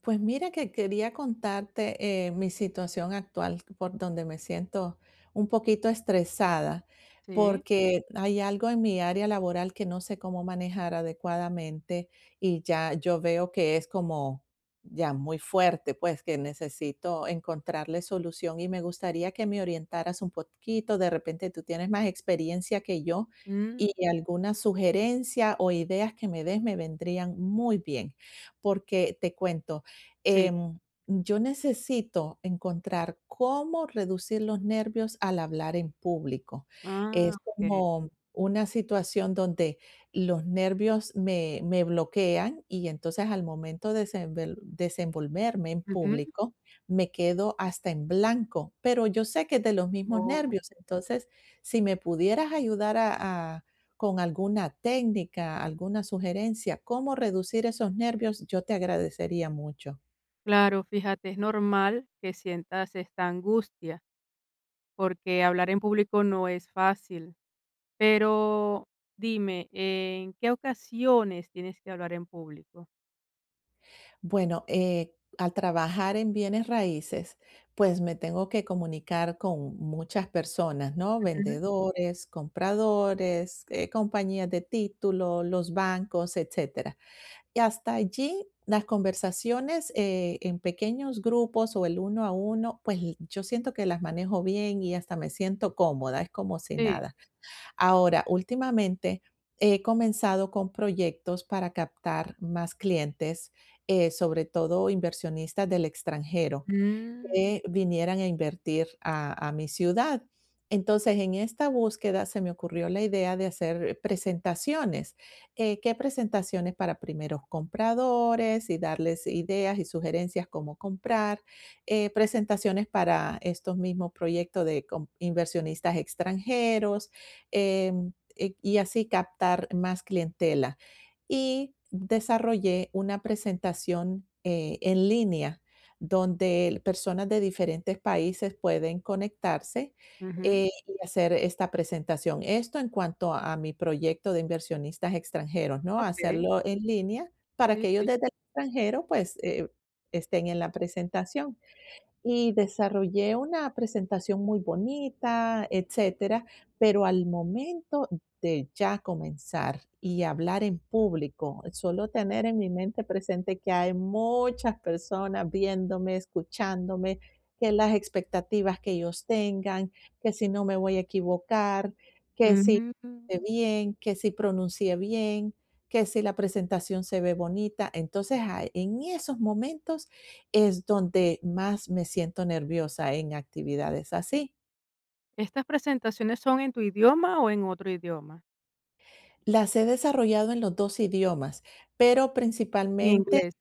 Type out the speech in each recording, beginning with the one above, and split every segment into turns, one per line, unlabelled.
Pues mira que quería contarte mi situación actual por donde me siento un poquito estresada,
Sí,
porque hay algo en mi área laboral que no sé cómo manejar adecuadamente y ya yo veo que es como ya muy fuerte, pues que necesito encontrarle solución y me gustaría que me orientaras un poquito. De repente tú tienes más experiencia que yo
mm,
y alguna sugerencia o ideas que me des me vendrían muy bien, porque te cuento.
sí,
Em, yo necesito encontrar cómo reducir los nervios al hablar en público.
ah,
Es
okey,
como una situación donde los nervios me bloquean y entonces al momento de desenvolverme en
ujú.
público me quedo hasta en blanco, pero yo sé que es de los mismos
Oh,
nervios. Entonces, si me pudieras ayudar con alguna técnica, alguna sugerencia, cómo reducir esos nervios, yo te agradecería mucho.
claro, fíjate, es normal que sientas esta angustia, porque hablar en público no es fácil. Pero dime, ¿en qué ocasiones tienes que hablar en público?
Bueno, al trabajar en bienes raíces, pues me tengo que comunicar con muchas personas, ¿no?
Ujú,
Vendedores, compradores, compañías de título, los bancos, etcétera. Y hasta allí las conversaciones en pequeños grupos o el uno a uno, pues yo siento que las manejo bien y hasta me siento cómoda, es como si
sí,
nada. Ahora, últimamente he comenzado con proyectos para captar más clientes, sobre todo inversionistas del extranjero
mm,
que vinieran a invertir a mi ciudad. Entonces, en esta búsqueda se me ocurrió la idea de hacer presentaciones, que presentaciones para primeros compradores y darles ideas y sugerencias cómo comprar, presentaciones para estos mismos proyectos de com inversionistas extranjeros, y así captar más clientela. Y desarrollé una presentación, en línea donde personas de diferentes países pueden conectarse,
ujú,
y hacer esta presentación. Esto en cuanto a mi proyecto de inversionistas extranjeros, ¿no?
okey,
Hacerlo en línea para
sí,
que ellos
sí,
desde el extranjero, pues, estén en la presentación. Y desarrollé una presentación muy bonita, etcétera, pero al momento de ya comenzar y hablar en público, solo tener en mi mente presente que hay muchas personas viéndome, escuchándome, que las expectativas que ellos tengan, que si no me voy a equivocar, que si
mm.
hice bien, que si pronuncié bien, que si la presentación se ve bonita. Entonces, ah, en esos momentos es donde más me siento nerviosa en actividades así.
¿Estas presentaciones son en tu idioma o en otro idioma?
Las he desarrollado en los 2 idiomas, pero
En
principalmente
inglés,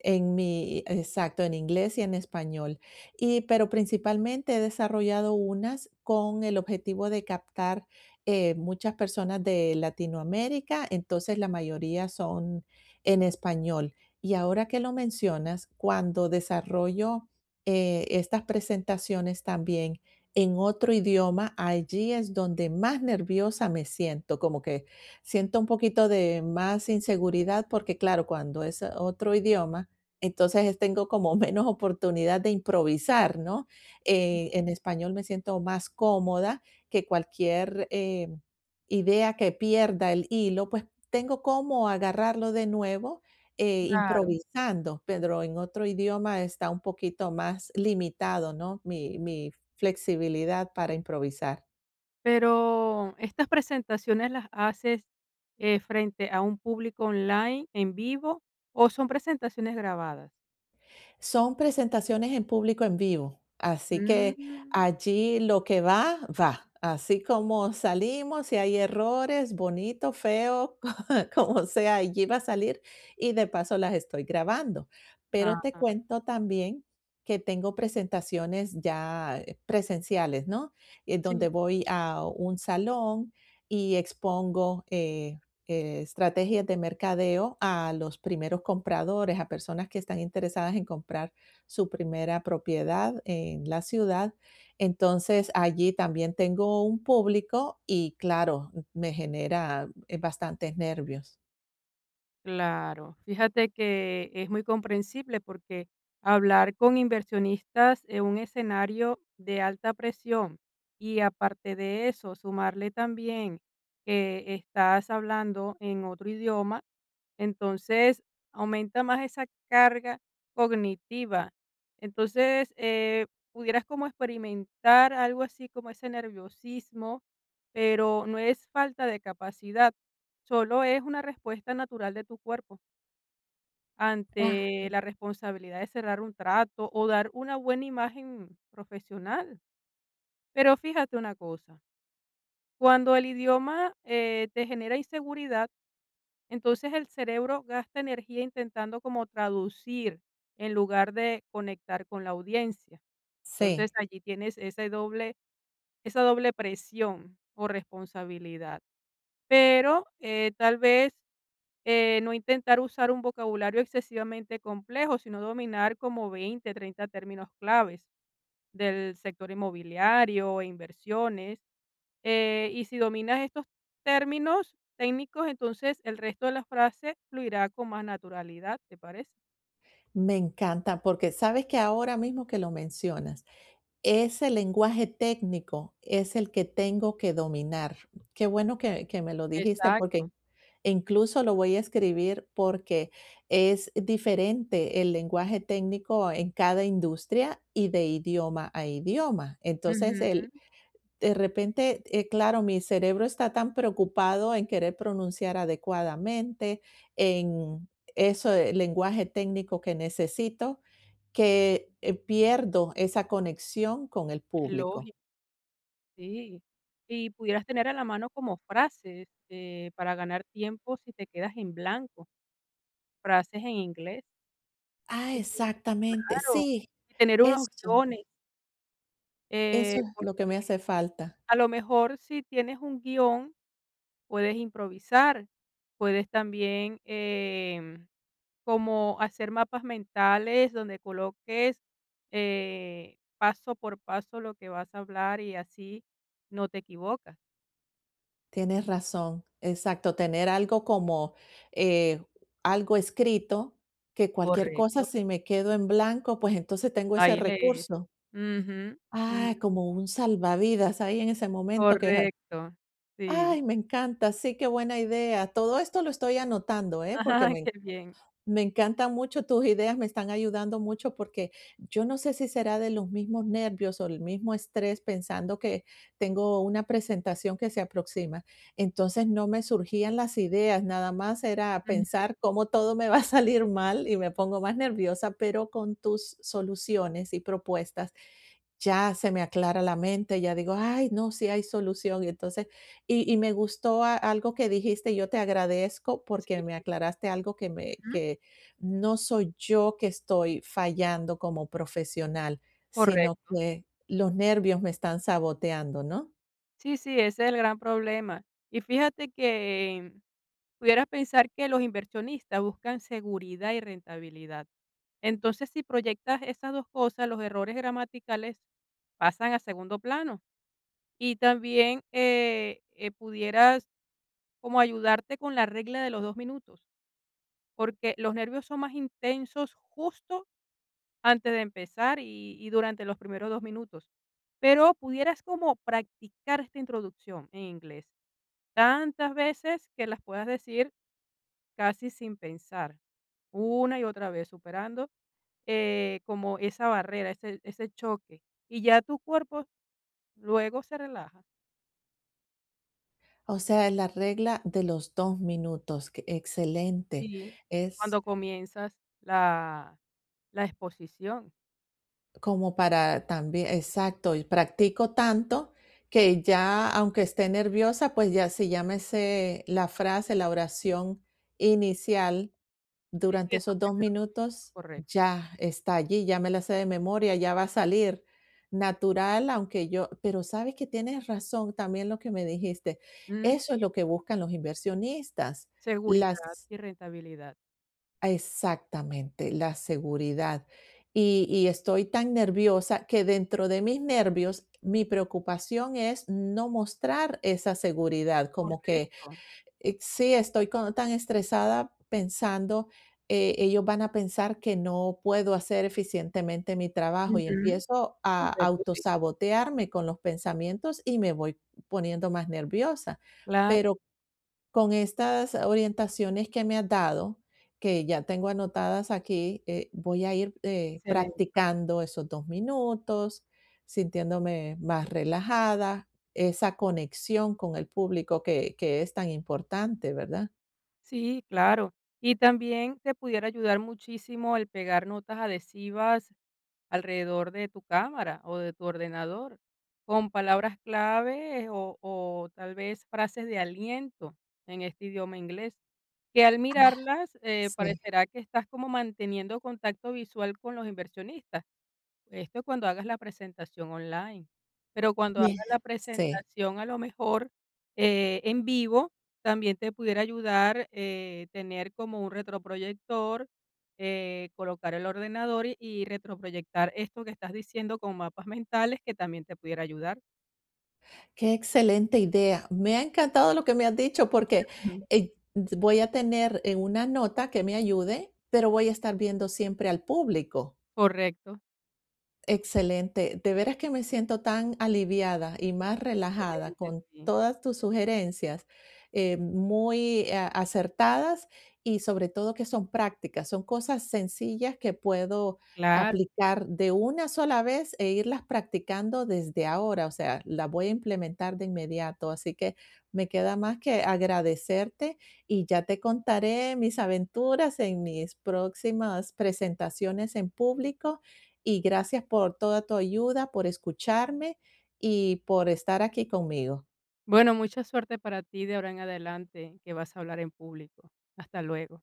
en mi exacto, en inglés y en español. Y, pero principalmente he desarrollado unas con el objetivo de captar, muchas personas de Latinoamérica, entonces la mayoría son en español. Y ahora que lo mencionas, cuando desarrollo, estas presentaciones también en otro idioma, allí es donde más nerviosa me siento, como que siento un poquito de más inseguridad porque, claro, cuando es otro idioma, entonces tengo como menos oportunidad de improvisar, ¿no?
sí,
En español me siento más cómoda que cualquier idea que pierda el hilo, pues tengo cómo agarrarlo de nuevo
claro.
improvisando, pero en otro idioma está un poquito más limitado, ¿no? Mi flexibilidad para improvisar.
Pero, ¿estas presentaciones las haces, frente a un público online, en vivo, o son presentaciones grabadas?
Son presentaciones en público en vivo, así que
Mm,
allí lo que va, va. Así como salimos, si hay errores, bonito, feo, como sea, allí va a salir y de paso las estoy grabando. Pero
ajá,
te cuento también que tengo presentaciones ya presenciales, ¿no? En
sí.
donde voy a un salón y expongo, estrategias de mercadeo a los primeros compradores, a personas que están interesadas en comprar su primera propiedad en la ciudad. Entonces, allí también tengo un público y claro, me genera bastantes nervios.
Claro, fíjate que es muy comprensible porque hablar con inversionistas en un escenario de alta presión y aparte de eso, sumarle también que estás hablando en otro idioma, entonces aumenta más esa carga cognitiva. Entonces, pudieras como experimentar algo así como ese nerviosismo, pero no es falta de capacidad. Solo es una respuesta natural de tu cuerpo ante
Ah.
la responsabilidad de cerrar un trato o dar una buena imagen profesional. Pero fíjate una cosa: cuando el idioma te genera inseguridad, entonces el cerebro gasta energía intentando como traducir en lugar de conectar con la audiencia. Entonces
Sí,
allí tienes ese doble, esa doble presión o responsabilidad. Pero tal vez no intentar usar un vocabulario excesivamente complejo, sino dominar como 20, 30 términos claves del sector inmobiliario e inversiones. Y si dominas estos términos técnicos, entonces el resto de la frase fluirá con más naturalidad, ¿te parece?
me encanta porque sabes que ahora mismo que lo mencionas, ese lenguaje técnico es el que tengo que dominar. Qué bueno que me lo dijiste,
Exacto.
porque incluso lo voy a escribir, porque es diferente el lenguaje técnico en cada industria y de idioma a idioma. Entonces,
Ujú,
el de repente, claro, mi cerebro está tan preocupado en querer pronunciar adecuadamente, en eso, el lenguaje técnico que necesito, que, pierdo esa conexión con el
es
público.
lógico, sí. Y pudieras tener a la mano como frases para ganar tiempo si te quedas en blanco, frases en inglés.
Ah,
Sí,
exactamente,
claro,
sí,
y tener unos
eso,
guiones.
eso es
Por
lo que me hace falta.
A lo mejor si tienes un guión, puedes improvisar, puedes también, como hacer mapas mentales donde coloques, paso por paso lo que vas a hablar, y así no te equivocas.
Tienes razón, exacto, tener algo como, eh, algo escrito, que cualquier cosa,
Correcto,
si me quedo en blanco, pues entonces tengo ese
ahí lees.
recurso.
Ujú,
Ah,
ujú,
como un salvavidas ahí en ese momento
correcto, sí.
ay, me encanta, sí, qué buena idea. Todo esto lo estoy anotando, ¿eh? Porque
Ajá,
me
qué bien.
Me encantan mucho tus ideas, me están ayudando mucho porque yo no sé si será de los mismos nervios o el mismo estrés pensando que tengo una presentación que se aproxima. Entonces no me surgían las ideas, nada más era
Ujú,
pensar cómo todo me va a salir
sí,
mal y me pongo más nerviosa, pero con tus soluciones y propuestas ya se me aclara la mente, ya digo: "Ay, no, sí hay solución". Y entonces y me gustó a algo que dijiste, yo te agradezco porque
sí,
me aclaraste algo que me
ujú,
que no soy yo que estoy fallando como profesional, sino
correcto.
que los nervios me están saboteando, ¿no?
Sí, sí, ese es el gran problema. Y fíjate que pudieras pensar que los inversionistas buscan seguridad y rentabilidad. Entonces, si proyectas esas dos cosas, los errores gramaticales pasan a segundo plano. Y también pudieras como ayudarte con la regla de los 2 minutos, porque los nervios son más intensos justo antes de empezar y durante los primeros 2 minutos. Pero pudieras como practicar esta introducción en inglés tantas veces que las puedas decir casi sin pensar, una y otra vez, superando, como esa barrera, ese choque, y ya tu cuerpo luego se relaja.
O sea, la regla de los 2 minutos, que excelente.
Sí.
Es
Cuando comienzas la la exposición.
Como para también exacto, y practico tanto que ya, aunque esté nerviosa, pues ya si ya me sé la frase, la oración inicial
Sí, sí,
durante
esos
esos 2
primeros 2 minutos,
minutos,
correcto.
ya está allí, ya me la sé de memoria, ya va a salir natural, aunque yo pero sabes que tienes razón también lo que me dijiste.
Mm,
Eso es lo que buscan los inversionistas,
seguridad
las
y rentabilidad.
exactamente, la seguridad. Y estoy tan nerviosa que dentro de mis nervios, mi preocupación es no mostrar esa seguridad, como que,
Correcto.
sí, estoy co tan estresada pensando, ellos van a pensar que no puedo hacer eficientemente mi trabajo y
Ujú,
empiezo a
correcto, sí.
autosabotearme con los pensamientos y me voy poniendo más nerviosa.
Claro,
Pero con estas orientaciones que me has dado, que ya tengo anotadas aquí, voy a ir
excelente.
practicando esos 2 minutos, sintiéndome más relajada, esa conexión con el público que es tan importante, ¿verdad?
Sí, claro. Y también te pudiera ayudar muchísimo el pegar notas adhesivas alrededor de tu cámara o de tu ordenador, con palabras clave o tal vez frases de aliento en este idioma inglés, que al mirarlas
Sí,
parecerá que estás como manteniendo contacto visual con los inversionistas. Esto es cuando hagas la presentación online, pero cuando
bien,
hagas la
sí.
presentación a lo mejor, en vivo, también te pudiera ayudar, tener como un retroproyector, colocar el ordenador y retroproyectar esto que estás diciendo con mapas mentales que también te pudiera ayudar.
Qué excelente idea. Me ha encantado lo que me has dicho porque
Ujú.
eh, voy a tener una nota que me ayude, pero voy a estar viendo siempre al público.
Correcto,
Excelente. De veras que me siento tan aliviada y más relajada
excelente,
con
sí,
todas tus sugerencias, muy acertadas y sobre todo que son prácticas, son cosas sencillas que puedo
claro.
aplicar de una sola vez e irlas practicando desde ahora, o sea, las voy a implementar de inmediato. Así que me queda más que agradecerte y ya te contaré mis aventuras en mis próximas presentaciones en público y gracias por toda tu ayuda, por escucharme y por estar aquí conmigo.
Bueno, mucha suerte para ti de ahora en adelante, que vas a hablar en público. Hasta luego.